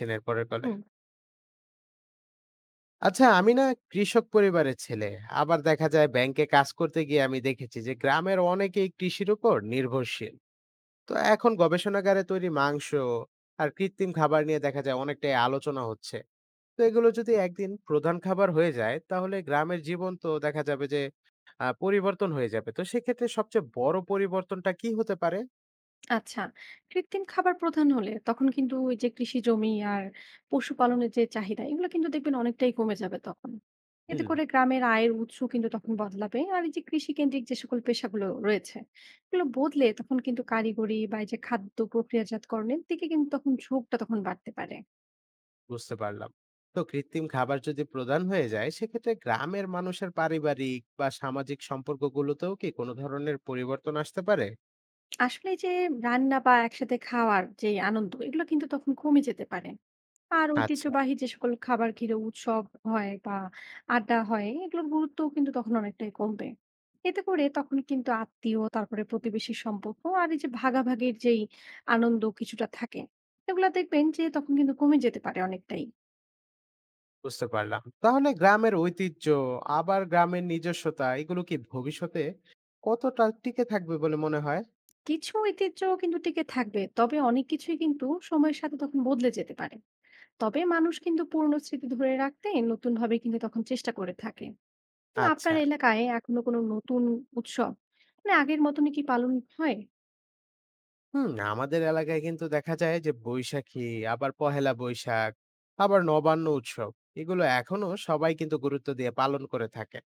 ছেলের পরের কলে? হুম, আচ্ছা, আমি না কৃষক পরিবারের ছেলে। আবার দেখা যায় ব্যাংকে কাজ করতে গিয়ে আমি দেখেছি যে গ্রামের অনেকেই কৃষির উপর নির্ভরশীল। তো এখন গবেষণাগারে তৈরি মাংস আর কৃত্রিম খাবার নিয়ে দেখা যায় অনেকটাই আলোচনা হচ্ছে। তো এগুলো যদি একদিন প্রধান খাবার হয়ে যায় তাহলে গ্রামের জীবন তো দেখা যাবে যে পরিবর্তন হয়ে যাবে। তো সেক্ষেত্রে সবচেয়ে বড় পরিবর্তনটা কি হতে পারে? আচ্ছা। কৃত্রিম খাবার প্রধান হলে তখন কিন্তু ওই যে কৃষি জমি আর পশুপালনের যে চাহিদা এগুলো কিন্তু দেখবেন অনেকটাই কমে যাবে তখন। এতে হুম। করে গ্রামের আয়ের উৎস কিন্তু তখন বদলাবে। আর এই যে কৃষি কেন্দ্রিক যে সকল পেশাগুলো রয়েছে, এগুলো বদলে তখন কিন্তু কারিগরি বা এই যে খাদ্য প্রক্রিয়াজাতকরণের দিকে কিন্তু তখন ঝোঁকটা তখন বাড়তে পারে। বুঝতে পারলাম। তো কৃত্রিম খাবার যদি প্রদান হয়ে যায় সেক্ষেত্রে গ্রামের মানুষের পারিবারিক বা সামাজিক সম্পর্কগুলোতেও কি কোনো ধরনের পরিবর্তন আসতে পারে? আসলে এই যে রান্না বা একসাথে খাওয়ার যে আনন্দ এগুলো কিন্তু তখন কমে যেতে পারে। আর আচ্ছা, ঐতিহ্যবাহী যে সকল খাবার ঘিরে উৎসব হয় বা আড্ডা হয় এগুলোর গুরুত্বও কিন্তু তখন অনেকটাই কমবে। এতে করে তখন কিন্তু আত্মীয় তারপরে প্রতিবেশীর সম্পর্ক আর এই যে ভাগাভাগির যেই আনন্দ কিছুটা থাকে, এগুলা দেখবেন যে তখন কিন্তু কমে যেতে পারে অনেকটাই। বুঝতে পারলাম। তাহলে গ্রামের ঐতিহ্য আবার গ্রামের নিজস্বতা এগুলো কি ভবিষ্যতে কতটা টিকে থাকবে বলে মনে হয়? কিছু ঐতিহ্য কিন্তু টিকে থাকবে, তবে অনেক কিছুই কিন্তু সময়ের সাথে তখন বদলে যেতে পারে। তবে মানুষ কিন্তু পুরনো স্মৃতি ধরে রাখতে নতুন ভাবে কিন্তু তখন চেষ্টা করে থাকে। তো আপনার আচ্ছা। এলাকায় এখনো কোনো নতুন উৎসব মানে আগের মতনই কি পালন হয়? হুম, আমাদের এলাকায় কিন্তু দেখা যায় যে বৈশাখী, আবার পহেলা বৈশাখ, আবার নবান্ন উৎসব, এগুলো এখনো সবাই কিন্তু গুরুত্ব দিয়ে পালন করে থাকে।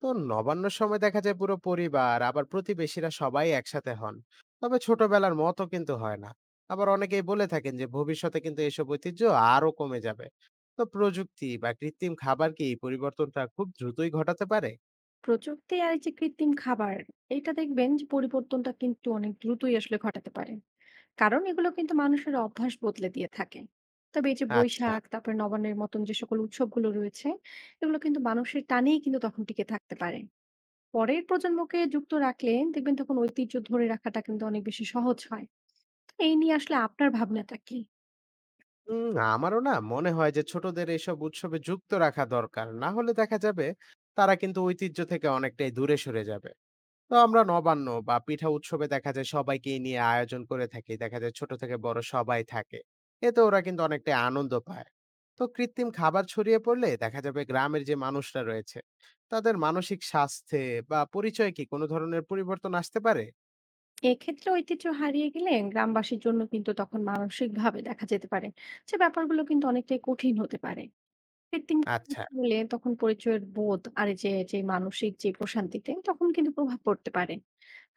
তো নবান্নর সময় দেখা যায় পুরো পরিবার আবার প্রতিবেশীরা সবাই একসাথে হন, তবে ছোটবেলার মতো কিন্তু হয় না। আবার অনেকেই বলে থাকেন যে ভবিষ্যতে কিন্তু এসব ঐতিহ্য আরো কমে যাবে। তো প্রযুক্তি বা কৃত্রিম খাবার কি এই পরিবর্তনটা খুব দ্রুতই ঘটাতে পারে? প্রযুক্তি আর এই যে কৃত্রিম খাবার, এটা দেখবেন যে পরিবর্তনটা কিন্তু অনেক দ্রুতই আসলে ঘটাতে পারে। কারণ এগুলো কিন্তু মানুষের অভ্যাস বদলে দিয়ে থাকে। তবে এই যে আচ্ছা। বৈশাখ, তারপরে নবান্নের মতন যে সকল উৎসবগুলো রয়েছে, এগুলো কিন্তু মানুষের টানেই কিন্তু তখন টিকে থাকতে পারে। পরের প্রজন্মকে যুক্ত রাখলে দেখবেন তখন ঐতিহ্য ধরে রাখাটা কিন্তু অনেক বেশি সহজ হয়। এই নিয়ে আসলে আপনার ভাবনাটা কি? উম আমারও না মনে হয় যে ছোটদের এইসব উৎসবে যুক্ত রাখা দরকার, না হলে দেখা যাবে তারা কিন্তু ঐতিহ্য থেকে অনেকটাই দূরে সরে যাবে। তো আমরা নবান্ন বা পিঠা উৎসবে দেখা যায় সবাইকে নিয়ে আয়োজন করে থাকি, দেখা যায় ছোট থেকে বড় সবাই থাকে। এতে ওরা কিন্তু অনেকটাই আনন্দ পায়। তো কৃত্রিম খাবার ছড়িয়ে পড়লে দেখা যাবে গ্রামের যে মানুষরা রয়েছে তাদের মানসিক স্বাস্থ্যে বা পরিচয়ে কি কোনো ধরনের পরিবর্তন আসতে পারে? এক্ষেত্রে ঐতিহ্য হারিয়ে গেলে গ্রামবাসীর জন্য কিন্তু তখন মানসিকভাবে দেখা যেতে পারে যে ব্যাপারগুলো কিন্তু অনেকটাই কঠিন হতে পারে। কৃত্রিম আচ্ছা। হলে তখন পরিচয়ের বোধ আর এই যে যে মানসিক যে প্রশান্তিতে তখন কিন্তু প্রভাব পড়তে পারে।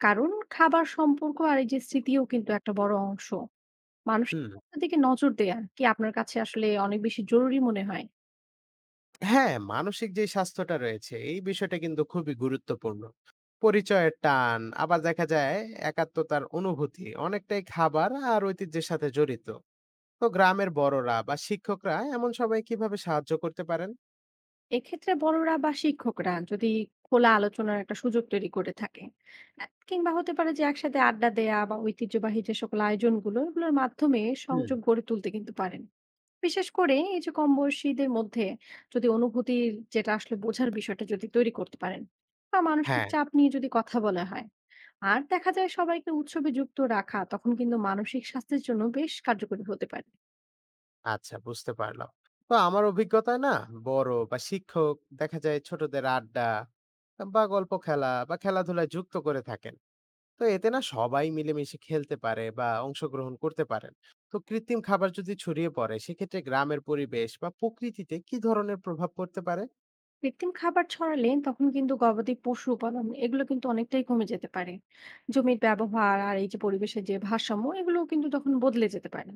কারণ খাবার সম্পর্ক আর এই যে স্মৃতিও কিন্তু একটা বড় অংশ। মানসিক হুম। স্বাস্থ্যের দিকে নজর দেয়া কি আপনার কাছে আসলে অনেক বেশি জরুরি মনে হয়? হ্যাঁ, মানসিক যে স্বাস্থ্যটা রয়েছে এই বিষয়টা কিন্তু খুবই গুরুত্বপূর্ণ। পরিচয়ের টান আবার দেখা যায় একাত্মতার অনুভূতি অনেকটাই খাবার আর ঐতিহ্যের সাথে জড়িত। তো গ্রামের বড়রা বা শিক্ষকরা এমন সবাই কিভাবে সাহায্য করতে পারেন? এক্ষেত্রে বড়রা বা শিক্ষকরা যদি খোলা আলোচনার একটা সুযোগ তৈরি করে থাকে, কিংবা হতে পারে যে একসাথে আড্ডা দেয়া বা ঐতিহ্যবাহী যে সকল আয়োজনগুলো এগুলোর মাধ্যমে হুম। সংযোগ গড়ে তুলতে কিন্তু পারেন। বিশেষ করে এই যে কম বয়সীদের মধ্যে যদি অনুভূতির যেটা আসলে বোঝার বিষয়টা যদি তৈরি করতে পারেন বা মানসিক হ্যাঁ। চাপ নিয়ে যদি কথা বলা হয় আর দেখা যায় সবাইকে উৎসবে যুক্ত রাখা তখন কিন্তু মানসিক স্বাস্থ্যের জন্য বেশ কার্যকরী হতে পারে। আচ্ছা, বুঝতে পারলাম। তো আমার অভিজ্ঞতায় না বড় বা শিক্ষক দেখা যায় ছোটদের আড্ডা বা গল্প, খেলা বা খেলাধুলায় যুক্ত করে থাকেন। তো এতে না সবাই মিলেমিশে খেলতে পারে বা অংশগ্রহণ করতে পারেন। তো কৃত্রিম খাবার যদি ছড়িয়ে পড়ে সেক্ষেত্রে গ্রামের পরিবেশ বা প্রকৃতিতে কি ধরনের প্রভাব পড়তে পারে? কৃত্রিম খাবার ছড়ালে তখন কিন্তু গবাদি পশু উপাদান এগুলো কিন্তু অনেকটাই কমে যেতে পারে। জমির ব্যবহার আর এই যে পরিবেশের যে ভারসাম্য এগুলো কিন্তু তখন বদলে যেতে পারে।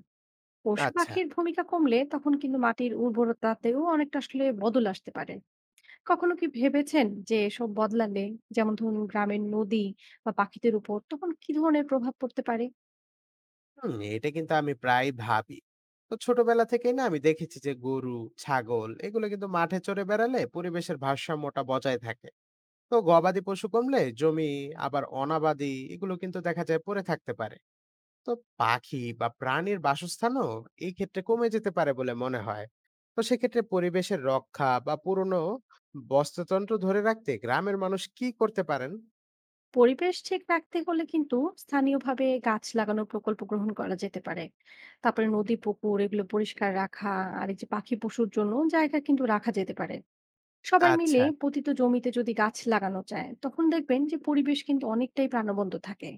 পশু আচ্ছা। পাখির ভূমিকা কমলে তখন কিন্তু মাটির উর্বরতাতেও অনেকটা আসলে বদল আসতে পারে। কখনো কি ভেবেছেন যে এসব বদলালে, যেমন ধরুন গ্রামের নদী বা পাখিদের উপর তখন কি ধরনের প্রভাব পড়তে পারে? হুম, এটা কিন্তু আমি প্রায় ভাবি। তো ছোটবেলা থেকেই না আমি দেখেছি যে গরু, ছাগল এগুলো কিন্তু মাঠে চরে বেড়ালে পরিবেশের ভারসাম্যটা বজায় থাকে। তো গবাদি পশু কমলে জমি আবার অনাবাদি এগুলো কিন্তু দেখা যায় পড়ে থাকতে পারে। তো পাখি বা প্রাণীর বাসস্থানও এই ক্ষেত্রে কমে যেতে পারে বলে মনে হয়। তো সেক্ষেত্রে পরিবেশের রক্ষা বা পুরনো বাস্তুতন্ত্র ধরে রাখতে গ্রামের মানুষ কি করতে পারেন? পরিবেশ ঠিক রাখতে হলে কিন্তু স্থানীয়ভাবে গাছ লাগানোর প্রকল্প গ্রহণ করা যেতে পারে, তারপরে নদী পুকুর এগুলো পরিষ্কার রাখা আর এই যে পাখি পশুর জন্য জায়গা কিন্তু রাখা যেতে পারে। সবাই আচ্ছা। মিলে পতিত জমিতে যদি গাছ লাগানো যায় তখন দেখবেন যে পরিবেশ কিন্তু অনেকটাই প্রাণবন্ত থাকে।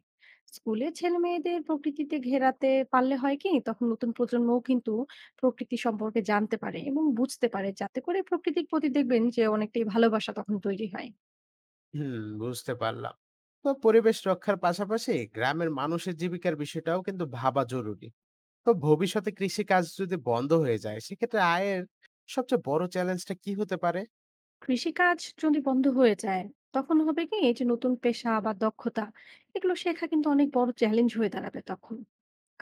স্কুলে ছেলে মেয়েদের প্রকৃতিতে ঘেরাতে পারলে হয় কি তখন নতুন প্রজন্মও কিন্তু প্রকৃতি সম্পর্কে জানতে পারে এবং বুঝতে পারে, যাতে করে প্রকৃতির প্রতি দেখবেন যে অনেকটাই ভালোবাসা তখন তৈরি হয়। হুম, বুঝতে পারলাম। তো পরিবেশ রক্ষার পাশাপাশি গ্রামের মানুষের জীবিকার বিষয়টাও কিন্তু ভাবা জরুরি। তো ভবিষ্যতে কৃষিকাজ যদি বন্ধ হয়ে যায় সেক্ষেত্রে আয়ের সবচেয়ে বড় চ্যালেঞ্জটা কি হতে পারে? কৃষিকাজ যদি বন্ধ হয়ে যায় তখন হবে কি এই যে নতুন পেশা বা দক্ষতা এগুলো শেখা কিন্তু অনেক বড় চ্যালেঞ্জ হয়ে দাঁড়াবে তখন।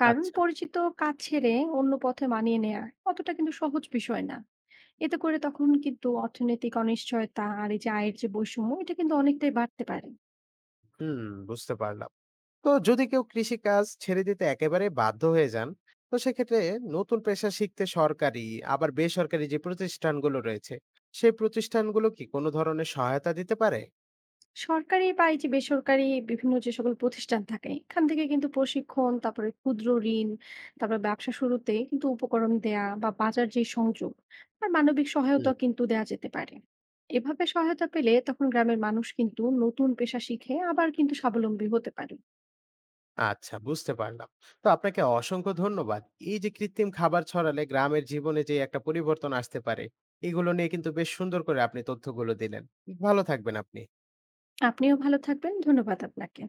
কারণ আচ্ছা। পরিচিত কাজ ছেড়ে অন্য পথে মানিয়ে নেওয়া অতটা কিন্তু সহজ বিষয় না। এতে করে তখন কিন্তু অর্থনৈতিক অনিশ্চয়তা আর এই যে আয়ের যে বৈষম্য এটা কিন্তু অনেকটাই বাড়তে পারে। হুম, বুঝতে পারলাম। তো যদি কেউ কৃষিকাজ ছেড়ে দিতে একেবারে বাধ্য হয়ে যান, তো সেক্ষেত্রে নতুন পেশা শিখতে সরকারি আবার বেসরকারি যে প্রতিষ্ঠানগুলো রয়েছে সেই প্রতিষ্ঠানগুলো কি কোনো ধরনের সহায়তা দিতে পারে? সরকারি বা এই যে বেসরকারি বিভিন্ন যে সকল প্রতিষ্ঠান থাকে এখান থেকে কিন্তু প্রশিক্ষণ, তারপরে ক্ষুদ্র ঋণ, তারপরে ব্যবসা শুরুতে কিন্তু উপকরণ দেয়া বা বাজার যে সংযোগ আর মানবিক সহায়তা কিন্তু দেয়া যেতে পারে। এভাবে সহায়তা পেলে তখন গ্রামের মানুষ কিন্তু নতুন পেশা শিখে আবার কিন্তু স্বাবলম্বী হতে পারে। আচ্ছা, বুঝতে পারলাম। তো আপনাকে অসংখ্য ধন্যবাদ। এই যে কৃত্রিম খাবার ছড়ালে গ্রামের জীবনে যে একটা পরিবর্তন আসতে পারে, এগুলো নিয়ে কিন্তু বেশ সুন্দর করে আপনি তথ্যগুলো দিলেন। ভালো থাকবেন আপনি। আপনিও ভালো থাকবেন, ধন্যবাদ আপনাকে।